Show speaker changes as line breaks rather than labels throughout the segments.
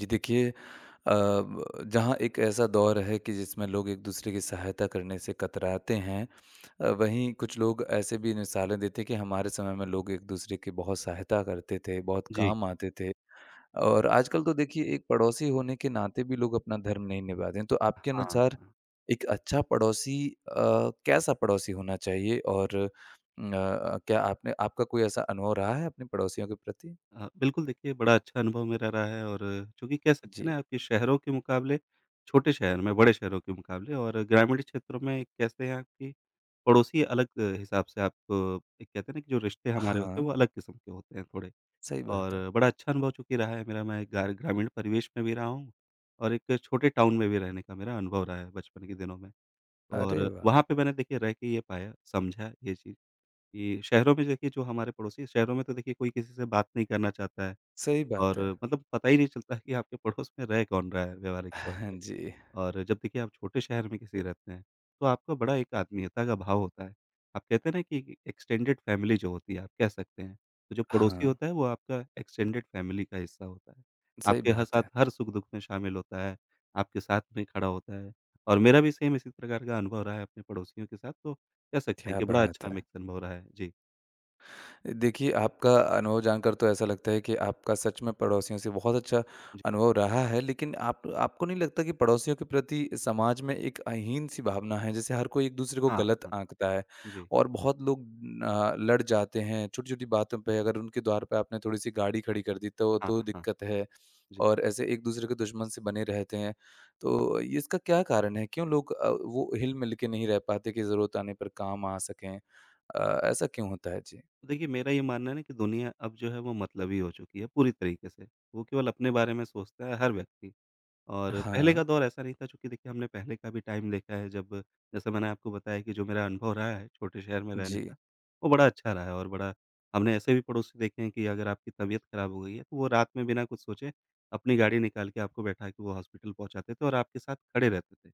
जी देखिए अ, ब जहाँ एक ऐसा दौर है कि जिसमें लोग एक दूसरे की सहायता करने से कतराते हैं, वहीं कुछ लोग ऐसे भी मिसालें देते हैं कि हमारे समय में लोग एक दूसरे की बहुत सहायता करते थे, बहुत
जी,
काम आते थे। और आजकल तो देखिए एक पड़ोसी होने के नाते भी लोग अपना धर्म नहीं निभाते हैं। तो आपके
हाँ।
अनुसार एक अच्छा पड़ोसी कैसा पड़ोसी होना चाहिए और क्या आपने आपका कोई ऐसा अनुभव रहा है अपने पड़ोसियों के प्रति?
बिल्कुल देखिए बड़ा अच्छा अनुभव मेरा रहा है और चूँकि कह सकते
जी।
हैं ना आप कि शहरों के मुकाबले छोटे शहर में, बड़े शहरों के मुकाबले और ग्रामीण क्षेत्रों में कैसे हैं आपकी पड़ोसी अलग हिसाब से आपको एक कहते हैं ना कि जो रिश्ते हमारे होते
हाँ,
हैं वो अलग किस्म के होते हैं थोड़े।
सही बात है।
और बड़ा अच्छा अनुभव चूँकि रहा है मेरा, मैं गार ग्रामीण परिवेश में भी रहा हूँ और एक छोटे टाउन में भी रहने का मेरा अनुभव रहा है बचपन के दिनों में।
अरे
और
वाह!
वहाँ पे मैंने देखिए रह के ये पाया, समझा ये चीज़ कि शहरों में देखिए जो हमारे पड़ोसी शहरों में तो देखिए कोई किसी से बात नहीं करना चाहता है
सही बात
और
है।
मतलब पता ही नहीं चलता है कि आपके पड़ोस में रह कौन रहा है व्यावहारिक तौर
हाँ
पे।
जी।
और जब देखिए आप छोटे शहर में किसी रहते हैं, तो आपका बड़ा एक आत्मीयता का भाव होता है। आप कहते हैं ना कि एक्सटेंडेड फैमिली जो होती है आप कह सकते हैं, तो जो पड़ोसी
हाँ,
होता है वो आपका एक्सटेंडेड फैमिली का हिस्सा होता है।
सही
आपके ह
बात
साथ
है।
हर सुख-दुख में शामिल होता है, आपके साथ में खड़ा होता है और मेरा भी सेम इसी प्रकार का अनुभव रहा है अपने पड़ोसियों के साथ, तो कह सकते हैं
क्या
कि बड़ा
बात
अच्छा
है!
मिक्स अनुभव रहा है। जी।
देखिए, आपका अनुभव जानकर तो ऐसा लगता है कि आपका सच में पड़ोसियों से बहुत अच्छा अनुभव रहा है, लेकिन आप आपको नहीं लगता कि पड़ोसियों के प्रति समाज में एक अहीन-सी भावना है? जैसे हर कोई एक-दूसरे को
हाँ,
गलत
हाँ।
आँकता है
जी।
और बहुत लोग लड़ जाते हैं छोटी-छोटी बातों पे। अगर उनके द्वार पे आपने थोड़ी-सी गाड़ी खड़ी कर दी तो
हाँ,
तो
हाँ।
दिक्कत है
जी।
और ऐसे एक-दूसरे के दुश्मन से बने रहते हैं। तो ये इसका क्या कारण है? क्यों लोग वो हिल-मिल के नहीं रह पाते कि ज़रूरत आने पर काम आ सकें? ऐसा क्यों होता है? जी।
तो देखिए मेरा ये मानना है ना कि दुनिया अब जो है वो मतलबी हो चुकी है पूरी तरीके से। वो केवल अपने बारे में सोचता है हर व्यक्ति। और पहले
हाँ,
का दौर ऐसा नहीं था चूँकि देखिए हमने पहले का भी टाइम देखा है जब जैसा मैंने आपको बताया कि जो मेरा अनुभव रहा है छोटे शहर में रहने
जी,
का, वो बड़ा अच्छा रहा है और बड़ा हमने ऐसे भी पड़ोसी देखे हैं कि अगर आपकी तबीयत खराब हो गई है, तो वो रात में बिना कुछ सोचे अपनी गाड़ी निकाल के आपको बैठा के वो हॉस्पिटल पहुँचाते थे और आपके साथ खड़े रहते थे,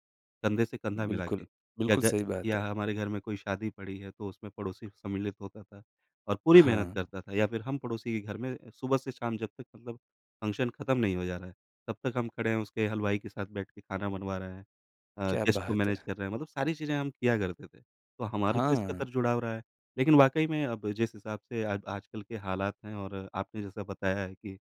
कंधे से कंधा मिला
बिल्कुल,
के। या
बिल्कुल
ग
सही बात
या
है।
हमारे घर में कोई शादी पड़ी है तो उसमें पड़ोसी सम्मिलित होता था और पूरी मेहनत
हाँ,
करता था या फिर हम पड़ोसी के घर में सुबह से शाम जब तक मतलब फंक्शन खत्म नहीं हो जा रहा है, तब तक हम खड़े हैं उसके हलवाई के साथ बैठ के खाना बनवा रहे हैं
क्या
गेस्ट को
बात
मैनेज
है!
कर रहे हैं, मतलब सारी चीज़ें हम किया करते थे। तो हमारा तो इस
हाँ,
कदर जुड़ाव रहा है। लेकिन वाक़ई में अब जिस हिसाब से अब आजकल के हालात हैं और आपने जैसा बताया है कि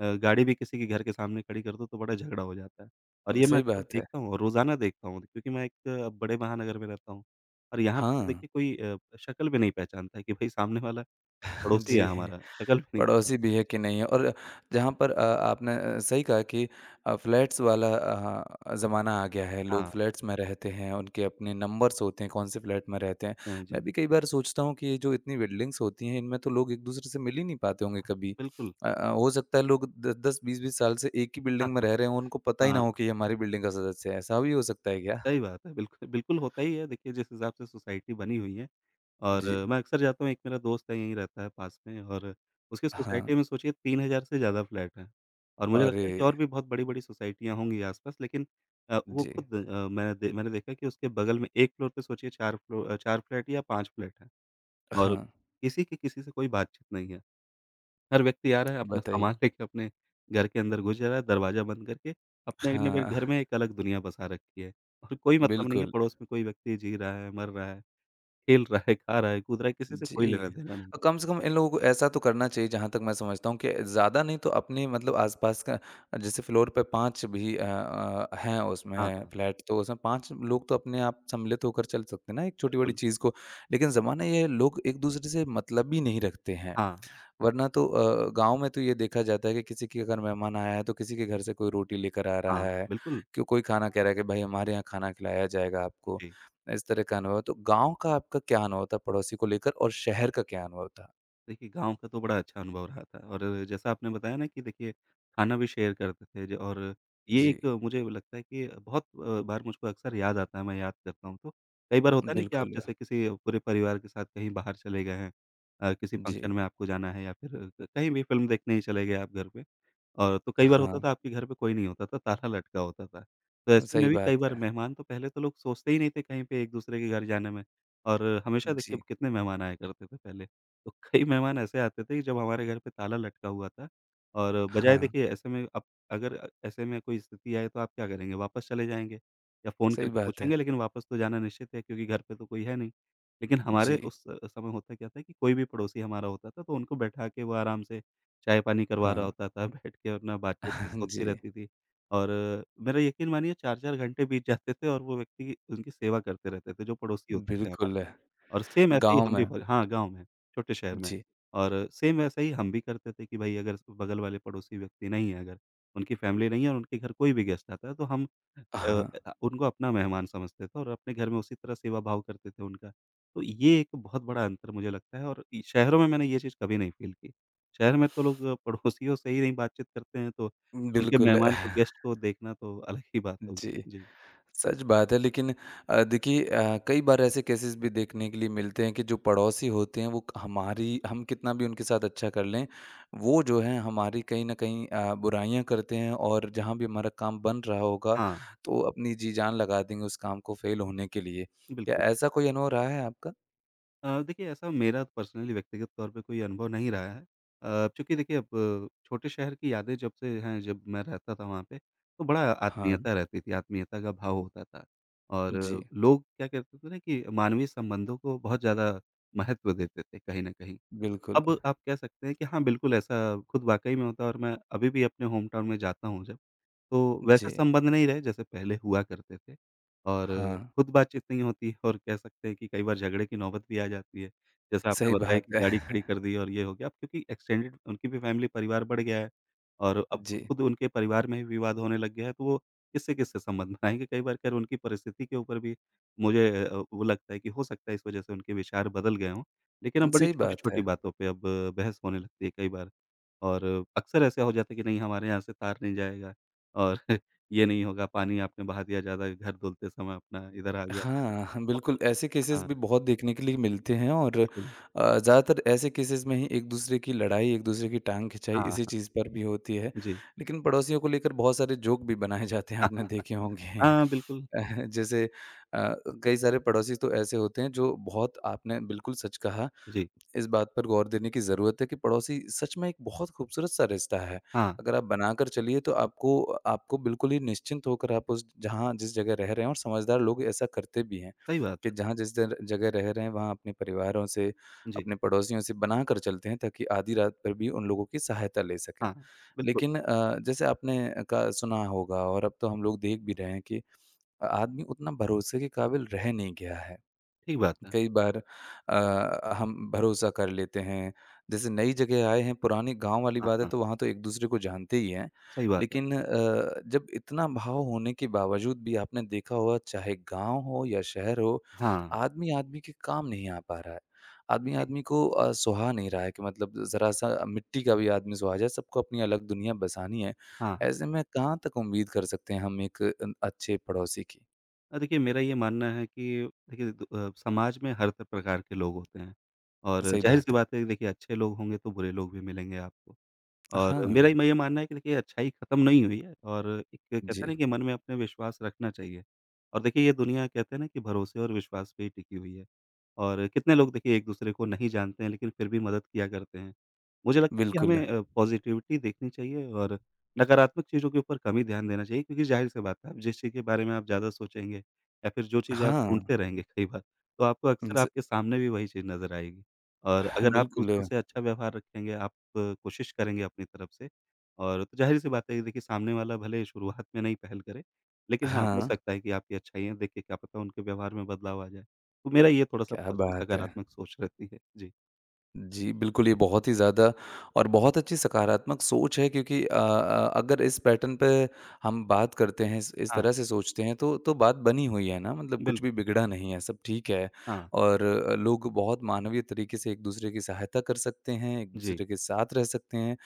गाड़ी भी किसी के घर के सामने खड़ी कर दो तो बड़ा झगड़ा हो जाता है। और ये मैं
सही
अक्सर
बात है।
देखता हूँ, और रोज़ाना देखता हूँ क्योंकि मैं एक बड़े महानगर में रहता हूँ। और यहाँ पे
हाँ,
तो देखिए कोई शक्ल भी नहीं पहचानता है कि भई सामने वाला पड़ोसी है
जी।
हमारा, शक्ल भी नहीं पहचानता।
पड़ोसी भी है कि नहीं है और जहाँ पर आपने सही कहा कि फ्लैट्स वाला ज़माना आ गया है। लोग
हाँ,
फ्लैट्स में रहते हैं, उनके अपने नंबर्स होते हैं, कौन से फ्लैट में रहते हैं।
हाँ जी।
मैं भी कई बार सोचता हूँ कि ये जो इतनी बिल्डिंग्स होती हैं, इनमें तो लोग एक-दूसरे से मिल ही नहीं पाते होंगे कभी।
बिल्कुल।
हो सकता है लोग द 10 20-20 साल से एक ही बिल्डिंग में रह रहे हों, उनको पता ही ना
हाँ।
हो कि ये हमारी बिल्डिंग का सदस्य है। ऐसा भी हो सकता है क्या?
सही बात है, बिल्कुल, बिल्कुल होता ही है देखिए जिस हिसाब से सोसाइटी बनी हुई है और
जी।
मैं अक्सर जाता हूँ, एक मेरा दोस्त है यहीं रहता है पास में और उसकी
हाँ।
सोसाइटी में सोचिए 3,000 से ज़्यादा फ्लैट हैं और मुझे
अरे!
लगता है कि और भी बहुत बड़ी-बड़ी सोसाइटियाँ होंगी आस-पास लेकिन वो
जी।
खुद मैंने देखा कि उसके बगल में एक फ्लोर पे सोचिए 4 फ्लैट या 5 फ्लैट हैं और
हाँ,
किसी की किसी से कोई बातचीत नहीं है। हर व्यक्ति आ रहा है, अपना
बताइए।
सामान लेके अपने घर के अंदर घुस जा रहा है, दरवाज़ा बंद करके, अपने अपने फिर
हाँ,
घर में एक अलग दुनिया बसा रखी है। और कोई मतलब नहीं है
बिल्कुल।
पड़ोस में कोई व्यक्ति जी रहा है, मर रहा है, खेल रहा है, खा रहा है, कूद रहा है, किसी से कोई
जी।
लेना-देना नहीं है।
कम से कम इन लोगों को ऐसा तो करना चाहिए जहाँ तक मैं समझता हूँ कि ज़्यादा नहीं तो अपने मतलब आस-पास का जैसे फ्लोर पे 5 भी हैं
हाँ,
उसमें
हाँ।
फ्लैट तो उसमें 5 लोग तो अपने आप सम्मिलित होकर चल सकते हैं ना एक छोटी-बड़ी
बिल्कुल।
चीज़ को। लेकिन ज़माना ये है लोग एक-दूसरे से मतलब ही नहीं रखते हैं।
हाँ, हाँ।
वरना तो गाँव में तो ये देखा जाता है कि किसी के अगर मेहमान आया है, तो किसी के घर से कोई रोटी लेकर आ रहा
हाँ,
है,
बिल्कुल।
कि कोई खाना कह रहा है कि भाई हमारे यहाँ खाना खिलाया जाएगा आपको।
जी।
इस तरह का अनुभव तो गाँव का आपका क्या अनुभव था पड़ोसी को लेकर और शहर का क्या अनुभव था?
देखिए, गाँव का तो बड़ा अच्छा अनुभव रहा था और जैसा आपने बताया ना कि देखिए खाना भी शेयर करते थे ज और ये
जी,
एक मुझे लगता है कि बहुत बार मुझको अक्सर याद आता है, मैं याद करता हूँ तो। कई बार होता है ना कि आप
बिल्कुल।
जैसे किसी पूरे परिवार के साथ कहीं बाहर चले गए हैं किसी
जी,
फ़ंक्शन में आपको जाना है या फिर क कहीं भी फ़िल्म देखने ही चले गए आप घर पे। और तो कई बार
हाँ,
होता था आपके घर पे कोई नहीं होता था, ताला लटका होता था। तो ऐसे
सही
में भी
बात
कई बार
है।
मेहमान तो पहले तो लोग सोचते ही नहीं थे कहीं पे एक-दूसरे के घर जाने में और हमेशा देखिए
जी,
कितने मेहमान आया करते थे पहले। तो कई मेहमान ऐसे आते थे कि जब हमारे घर पे ताला लटका हुआ था और बजाय
हाँ,
देखिए ऐसे में अब अगर ऐसे में कोई स्थिति आए तो आप क्या करेंगे? वापस चले जाएँगे या फ़ोन
सही
करके
बात है।
पूछेंगे लेकिन वापस तो जाना निश्चित है क्योंकि घर पे तो कोई है नहीं। लेकिन हमारे
जी,
उस समय होता क्या था कि कोई भी पड़ोसी हमारा होता था तो उनको बैठा के वो आराम से चाय-पानी करवा
हाँ,
रहा होता था बैठ के अपना बातचीत होती
जी,
रहती थी। और मेरा यकीन मानिए 4-4 घंटे बीत जाते थे और वो व्यक्ति उनकी सेवा करते रहते थे जो पड़ोसी होते थे हमारे।
बिल्कुल।
और सेम ऐसे ही
गाँव
हम
में
भी फ हाँ, गाँव में, छोटे शहर में
जी,
और सेम वैसा ही हम भी करते थे कि भई अगर बगल वाले पड़ोसी व्यक्ति नहीं है अगर, उनकी फ़ैमिली नहीं है और उनके घर कोई भी गेस्ट आता है तो हम अ
हाँ,
उनको अपना मेहमान समझते थे और अपने घर में उसी तरह सेवा भाव करते थे उनका। तो ये एक बहुत बड़ा अंतर मुझे लगता है और इ शहरों में मैंने ये चीज़ कभी नहीं फ़ील की। शहर में तो लोग पड़ोसियों से ही नहीं बातचीत करते हैं तो उनके
बिल्कुल।
मेहमान को, गेस्ट को देखना तो अलग ही बात होगी।
जी।
जी।
सच बात है, लेकिन देखिए कई बार ऐसे केसेस भी देखने के लिए मिलते हैं कि जो पड़ोसी होते हैं वो हमारी हम कितना भी उनके साथ अच्छा कर लें, वो जो है हमारी कहीं न कहीं बुराइयाँ करते हैं और जहाँ भी हमारा काम बन रहा होगा,
हाँ,
तो अपनी जी जान लगा देंगे उस काम को फ़ेल होने के लिए। क्या
बिल्कुल।
ऐसा कोई अनुभव रहा है आपका?
देखिए ऐसा मेरा पर्सनली व्यक्तिगत तौर पे कोई अनुभव नहीं रहा है। चूँकि देखिए अब छोटे शहर की यादें जब से हैं, जब मैं रहता था वहाँ पे, तो बड़ा
हाँ,
आत्मीयता रहती थी, आत्मीयता का भाव होता था। और
जी,
लोग क्या करते थे ना कि मानवीय संबंधों को बहुत ज़्यादा महत्व देते थे कहीं न कहीं।
बिल्कुल।
अब आप कह सकते हैं कि हाँ, बिल्कुल ऐसा खुद वाक़ई में होता है और मैं अभी भी अपने होम टाउन में जाता हूँ जब, तो वैसे
जी,
संबंध नहीं रहे जैसे पहले हुआ करते थे और
हाँ,
खुद बातचीत नहीं होती और कह सकते हैं कि कई बार झगड़े की नौबत भी आ जाती है। जैसा
सही
आपने बताया कि
बात है।
गाड़ी खड़ी कर दी और ये हो गया अब क्योंकि एक्सटेंडेड उनकी भी फैमिली परिवार बढ़ गया है और अब
जी,
खुद उनके परिवार में ही विवाद होने लग गया है, तो वो किससे-किससे संबंध बनाएँगे? कई बार खैर उनकी परिस्थिति के ऊपर भी मुझे वो लगता है कि हो सकता है इस वजह से उनके विचार बदल गए हों। लेकिन अब बड़ी
सही बात है।
छोटी-छोटी बातों पे अब बहस होने लगती है कई बार। और अक्सर ऐसा हो जाता है कि नहीं हमारे यहाँ से तार नहीं जाएगा और ये नहीं होगा, पानी आपने बहा दिया ज़्यादा घर धुलते समय अपना, इधर आ गया पानी।
हाँ, हाँ,
अब
बिल्कुल ऐसे केसेस
हाँ,
भी बहुत देखने के लिए मिलते हैं और
बिल्कुल।
ज़्यादातर ऐसे केसेस में ही एक-दूसरे की लड़ाई, एक-दूसरे की टाँग खिंचाई
हाँ,
इसी
हाँ,
चीज़ पर भी होती है।
जी।
लेकिन पड़ोसियों को लेकर बहुत सारे जोक भी बनाए जाते हैं,
हाँ,
आपने देखे होंगे।
हाँ, बिल्कुल।
जैसे अ, कई सारे पड़ोसी तो ऐसे होते हैं जो बहुत आपने बिल्कुल सच कहा,
जी,
इस बात पर गौर देने की ज़रूरत है कि पड़ोसी सच में एक बहुत खूबसूरत-सा रिश्ता है।
हाँ,
अगर आप बनाकर चलिए तो आपको आपको बिल्कुल ही निश्चिंत होकर आप उस जहाँ जिस जगह रह रहे हैं और समझदार लोग ऐसा करते भी हैं
सही बात
कि जहाँ जिस जगह रह रहे हैं वहाँ अपने परिवारों से
है। जी,
अपने पड़ोसियों से बना कर चलते हैं ताकि आधी रात पर भी उन लोगों की सहायता ले सकें,
हाँ, बिल्कुल,
लेकिन जैसे आपने का सुना होगा और अब तो हम लोग देख भी रहे हैं कि आदमी उतना भरोसे के काबिल रह नहीं गया है।
ठीक बात है।
कई बार हम भरोसा कर लेते हैं। जैसे नई जगह आए हैं, पुराने गाँव वाली
हाँ,
बात है
हाँ,
तो वहाँ तो एक-दूसरे को जानते ही हैं।
सही बात है।
लेकिन जब इतना भाव होने के बावजूद भी आपने देखा होगा चाहे गाँव हो या शहर हो,
हाँ,
आदमी-आदमी के काम नहीं आ पा रहा है।
जी,
आदमी-आदमी को सुहा नहीं रहा है कि मतलब ज़रा-सा मिट्टी का भी आदमी सुहा जाए, सबको अपनी अलग दुनिया बसानी है।
हाँ।
ऐसे में कहाँ तक उम्मीद कर सकते हैं हम एक अच्छे पड़ोसी की?
देखिए मेरा ये मानना है कि देखिए समाज में हर त प्रकार के लोग होते हैं और
सही बात
ज़ाहिर-सी
है।
बात है देखिए अच्छे लोग होंगे तो बुरे लोग भी मिलेंगे आपको।
हाँ।
और मेरा ये मानना है कि देखिए अच्छाई ख़त्म नहीं हुई है और एक कहते हैं
जी,
ना कि मन में अपने विश्वास रखना चाहिए। और देखिए ये दुनिया कहते हैं ना कि भरोसे और विश्वास पे ही टिकी हुई है। और कितने लोग देखिए एक-दूसरे को नहीं जानते हैं लेकिन फिर भी मदद किया करते हैं। मुझे लगता है कि
बिल्कुल।
हमें पॉज़िटिविटी देखनी चाहिए और नकारात्मक चीज़ों के ऊपर कम ही ध्यान देना चाहिए क्योंकि ज़ाहिर-सी बात है, आप जिस चीज़ के बारे में आप ज़्यादा सोचेंगे या फिर जो चीज़ें आप
हाँ,
ढूँढते रहेंगे कई बार, तो आपको अक्सर
ज
आपके सामने भी वही चीज़ नज़र आएगी। और अगर आप
बिल्कुल।
दूसरों से अच्छा व्यवहार रखेंगे, आप कोशिश करेंगे अपनी तरफ से और तो ज़ाहिर-सी बात है कि देखिए सामने वाला भले शुरुआत में नहीं पहल करे, लेकिन हाँ, हो
हाँ,
सकता है कि आपकी अच्छाइयाँ देख के क्या पता उनके व्यवहार में बदलाव आ जाए। तो मेरा ये थोड़ा-सा
क्या
पॉज़िटिव
बात है!
सकारात्मक सोच रहती है। जी।
जी, बिल्कुल, ये बहुत ही ज़्यादा और बहुत अच्छी सकारात्मक सोच है, क्योंकि अगर इस पैटर्न पे हम बात करते हैं, इस
हाँ,
तरह से सोचते हैं तो बात बनी हुई है ना, मतलब कुछ भी
बिल्कुल।
बिगड़ा नहीं है, सब ठीक है।
हाँ,
और लोग बहुत मानवीय तरीके से एक-दूसरे की सहायता कर सकते हैं,
जी।
एक-दूसरे के साथ रह सकते हैं,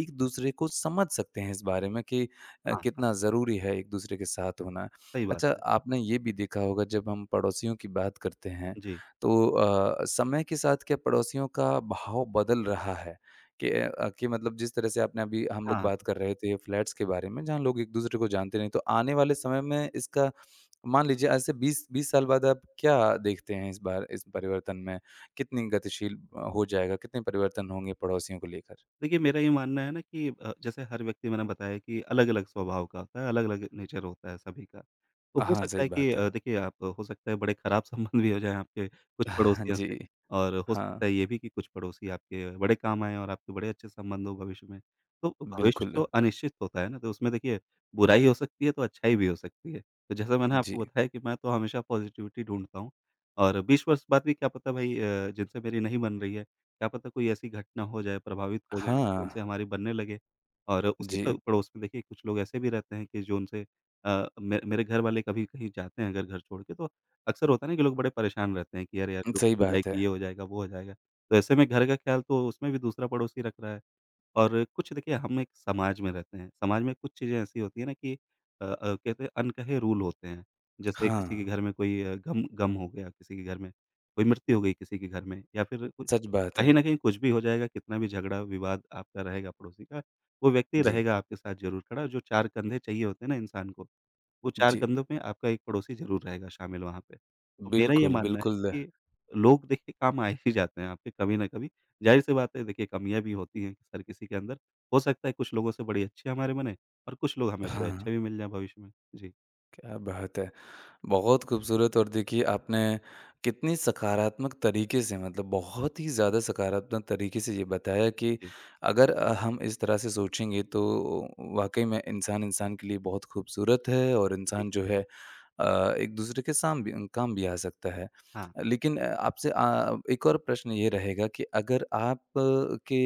एक-दूसरे को समझ सकते हैं इस बारे में कि
हाँ,
कितना
हाँ,
ज़रूरी है एक-दूसरे के साथ होना।
सही बात
अच्छा,
है।
आपने ये भी देखा होगा जब हम पड़ोसियों की बात करते हैं
जी।
तो समय के साथ क्या पड़ोसियों का भाव बदल रहा है? कि कि मतलब जिस तरह से आपने अभी हम लोग
हाँ।
बात कर रहे थे फ्लैट्स के बारे में, जहाँ लोग एक-दूसरे को जानते नहीं, तो आने वाले समय में इसका मान लीजिए आज से 20-20 साल बाद आप क्या देखते हैं इस बार इस परिवर्तन में? कितनी गतिशील हो जाएगा? कितने परिवर्तन होंगे पड़ोसियों को लेकर?
देखिए, मेरा ये मानना है ना कि जैसे हर व्यक्ति मैंने बताया कि अलग-अलग स्वभाव का होता है, अलग-अलग नेचर होता है सभी का। तो हो
हाँ,
सकता
सही
है कि
बात है।
देखिए आप हो सकता है बड़े ख़राब संबंध भी हो जाएँ आपके कुछ
हाँ
पड़ोसियों से।
जी,
और हो
हाँ,
सकता है ये भी कि कुछ पड़ोसी आपके बड़े काम आएँ और आपके बड़े अच्छे संबंध हो भविष्य में। तो भविष्य
बिल्कुल।
तो अनिश्चित होता है ना, तो उसमें देखिए बुराई हो सकती है तो अच्छाई भी हो सकती है। तो जैसा मैंने
जी,
आपको बताया कि मैं तो हमेशा पॉज़िटिविटी ढूँढता हूँ। और 20 वर्ष बाद भी क्या पता भई, जिनसे मेरी नहीं बन रही है, क्या पता कोई ऐसी घटना हो जाए, प्रभावित हो जाएँ, मतलब
हाँ,
उनसे हमारी बनने लगे। और उसी
जी,
प पड़ोस में देखिए कुछ लोग ऐसे भी रहते हैं कि जो उनसे, अ, मे मेरे घर वाले कभी कहीं जाते हैं अगर घर छोड़ के, तो अक्सर होता है ना कि लोग बड़े परेशान रहते हैं कि अरे यार!
सही
चोरी हो
बात है।
जाएगी, ये हो जाएगा, वो हो जाएगा। तो ऐसे में घर का ख्याल तो उसमें भी दूसरा पड़ोसी रख रहा है। और कुछ देखिए, हम एक समाज में रहते हैं, समाज में कुछ चीज़ें ऐसी होती हैं ना कि, कहते हैं अनकहे रूल होते हैं। जैसे
हाँ,
किसी के घर में कोई अ, गम गम हो गया, किसी के घर में कोई मृत्यु हो गई, किसी के घर में या फिर कुछ,
सच बात है।
कहीं न कहीं कुछ भी हो जाएगा। कितना भी झगड़ा विवाद आपका रहेगा पड़ोसी का, वो व्यक्ति
जी,
रहेगा आपके साथ ज़रूर खड़ा। जो 4 कंधे चाहिए होते हैं ना इंसान को, वो 4
जी।
कंधों में आपका एक पड़ोसी ज़रूर रहेगा शामिल वहाँ पे। तो मेरा ये
बिल्कुल,
मानना है
बिल्कुल।
कि लोग देखिए काम आ ही जाते हैं आपके कभी ना कभी। ज़ाहिर-सी बात है देखिए, कमियाँ भी होती हैं हर किसी के अंदर। हो सकता है कुछ लोगों से बड़े अच्छे हमारे बने, और कुछ लोग हमें बड़े
हाँ,
अच्छे भी मिल जाएँ भविष्य में। जी,
क्या बात है! बहुत खूबसूरत और देखिए आपने कितनी सकारात्मक तरीके से मतलब बहुत ही ज़्यादा सकारात्मक तरीके से ये बताया कि
जी,
अगर हम इस तरह से सोचेंगे तो वाक़ई में इंसान इंसान के लिए बहुत खूबसूरत है और
जी।
इंसान जो है एक-दूसरे के साम भी काम भी आ सकता है।
हाँ,
लेकिन आपसे एक और प्रश्न ये रहेगा कि अगर आप के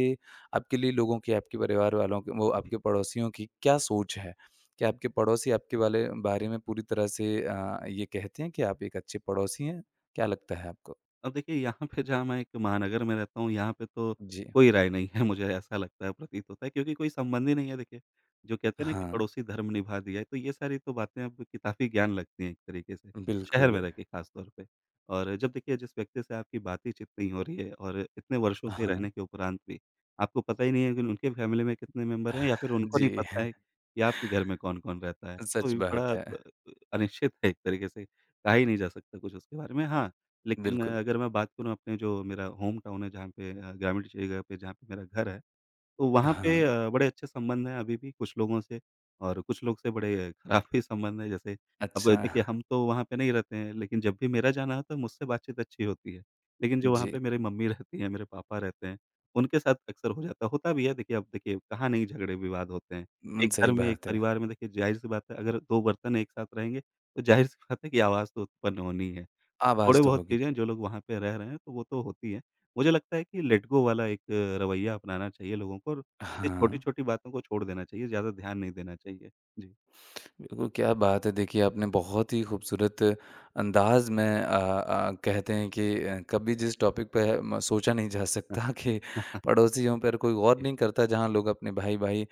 आपके लिए लोगों की, आपके परिवार वालों की, वो
जी।
आपके पड़ोसियों की क्या सोच है? क्या आपके पड़ोसी आपके वाले बारे में पूरी तरह से ये कहते हैं कि आप एक अच्छे पड़ोसी हैं? क्या लगता है आपको?
अब देखिए, यहाँ पे जहाँ मैं एक महानगर में रहता हूँ, यहाँ पे तो
जी।
कोई राय नहीं है मुझे, ऐसा लगता है, प्रतीत होता है, क्योंकि कोई संबंध ही नहीं है देखिए। जो कहते हैं ना कि
हाँ,
पड़ोसी धर्म निभा दिया है, तो ये सारी तो बातें अब किताबी ज्ञान लगती हैं एक तरीके से, शहर
बिल्कुल।
में रह के ख़ास तौर पे। और जब देखिए, जिस व्यक्ति से आपकी बातचीत नहीं हो रही है और इतने वर्षों से
हाँ।
रहने के उपरांत भी, आपको पता ही नहीं है कि उनके फैमिली में कितने मेंबर हैं, या फिर उनको नहीं
जी,
पता है कि आपके घर में कौन-कौन रहता है। तो
सच
ये
बात
बड़ा
है।
ब अनिश्चित है एक तरीके से, कहा ही नहीं जा सकता कुछ उसके बारे में। हाँ, लेकिन
बिल्कुल।
अगर मैं बात करूँ अपने जो मेरा होम टाउन है, जहाँ पे ग्रामीण जगह पे जहाँ पे मेरा घर है, तो वहाँ पे
हाँ,
बड़े अच्छे संबंध हैं अभी भी कुछ लोगों से, और कुछ लोग से बड़े खराब भी संबंध हैं। जैसे, अब
अच्छा।
देखिए हम तो वहाँ पे नहीं रहते हैं, लेकिन जब भी मेरा जाना होता है मुझसे बातचीत अच्छी होती है। लेकिन जो वहाँ
जी,
पे मेरी मम्मी रहती हैं, मेरे पापा रहते हैं, उनके साथ अक्सर हो जाता है। होता भी है देखिए, अब देखिए कहाँ नहीं झगड़े विवाद होते हैं। एक
सही
घर में, एक
बात है।
परिवार में, देखिए ज़ाहिर-सी बात है, अगर 2 बर्तन एक साथ रहेंगे, तो ज़ाहिर-सी बात है कि आवाज़ तो उत्पन्न होनी ही है।
आवाज़
थोड़े
तो
बहुत
होगी।
चीज़ें,
जी।
जो लोग वहाँ पे रह रहे हैं, तो वो तो होती हैं। मुझे लगता है कि लेट गो वाला एक रवैया अपनाना चाहिए लोगों को, और ऐसी
हाँ।
छोटी-छोटी बातों को छोड़ देना चाहिए, ज़्यादा ध्यान नहीं देना चाहिए। जी।
बिल्कुल, क्या बात है। देखिए, आपने बहुत ही खूबसूरत अंदाज़ में कहते हैं कि कभी जिस टॉपिक पे है, म सोचा नहीं जा सकता
हाँ,
कि पड़ोसियों पर कोई गौर
जी।
नहीं करता, जहाँ लोग अपने भाई-भाई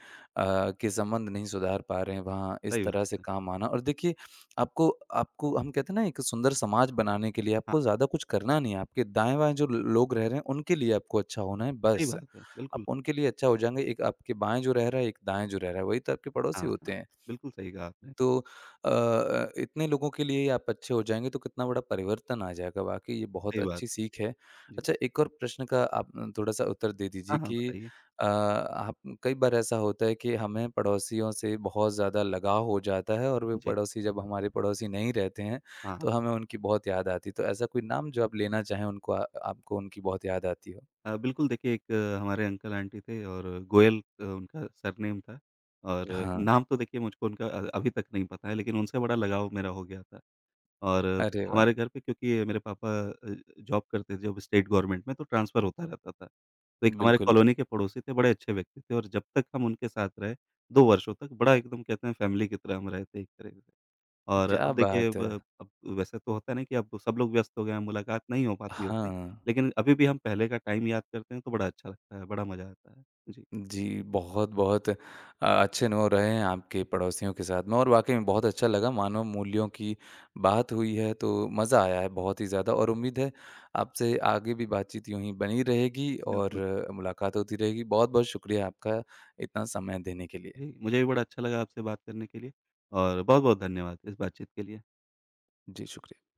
के संबंध नहीं सुधार पा रहे हैं, वहाँ इस
सही
तरह से
बात है।
काम आना, और देखिए, आपको आपको हम कहते हैं ना, एक सुंदर समाज बनाने के लिए
हाँ,
आपको ज़्यादा कुछ करना नहीं है। आपके दाएँ-बाएँ जो ल लोग रह रहे हैं, उनके लिए आपको अच्छा होना है,
सही
बस।
बात है।
आप
बिल्कुल।
उनके लिए अच्छा हो जाएँगे। एक आपके बाएँ जो रह रहा है, एक दाएँ जो रह रहा है, वही तो आपके पड़ोसी
हाँ,
होते
हाँ।
हैं।
बिल्कुल सही कहा आपने।
तो इतने लोगों के लिए आप अच्छे हो जाएँगे तो कितना बड़ा परिवर्तन आ जाएगा, वाक़ई ये बहुत
सही बात
अच्छी
है।
सीख है।
जी।
अच्छा एक और प्रश्न का आप थोड़ा-सा उत्तर दे दीजिए
हाँ, हाँ,
कि
बताइए।
अ, आप कई बार ऐसा होता है कि हमें पड़ोसियों से बहुत ज़्यादा लगाव हो जाता है और वे
जी।
पड़ोसी जब हमारे पड़ोसी नहीं रहते हैं,
हाँ,
तो
हाँ।
हमें उनकी बहुत याद आती है। तो ऐसा कोई नाम जो आप लेना चाहें उनको आ आपको उनकी बहुत याद आती हो?
बिल्कुल देखिए, एक हमारे अंकल-आंटी थे, और गोयल उनका सरनेम था, और
हाँ।
नाम तो देखिए मुझको उनका अभी तक नहीं पता है, लेकिन उनसे बड़ा लगाव मेरा हो गया था। और
अरे वाह!
हमारे घर पे, क्योंकि मेरे पापा जॉब करते थे, जब स्टेट गवर्नमेंट में तो ट्रांसफ़र होता रहता था। तो एक हमारे
बिल्कुल।
कॉलोनी के पड़ोसी थे, बड़े अच्छे व्यक्ति थे, और जब तक हम उनके साथ रहे, 2 वर्षों तक, बड़ा एकदम कहते हैं फैमिली की तरह हम रहे थे एक तरह से। और
क्या
अब देखिए,
बात
अब
है!
अब वैसे तो होता है ना कि अब सब लोग व्यस्त हो गए हैं, मुलाकात नहीं हो पाती है उतनी,
हाँ।
लेकिन अभी भी हम पहले का टाइम याद करते हैं तो बड़ा अच्छा लगता है, बड़ा मज़ा आता है। जी,
जी, बहुत-बहुत अच्छे अनुभव रहे हैं आपके पड़ोसियों के साथ में और वाक़ई में बहुत अच्छा लगा, मानव मूल्यों की बात हुई है तो मज़ा आया है बहुत ही ज़्यादा, और उम्मीद है आपसे आगे भी बातचीत यूँ ही बनी रहेगी और
बिल्कुल।
मुलाकात होती रहेगी। बहुत-बहुत शुक्रिया आपका इतना समय देने के लिए।
जी, मुझे भी बड़ा अच्छा लगा आपसे बात करने के लिए, और बहुत-बहुत धन्यवाद इस बातचीत के लिए।
जी, शुक्रिया।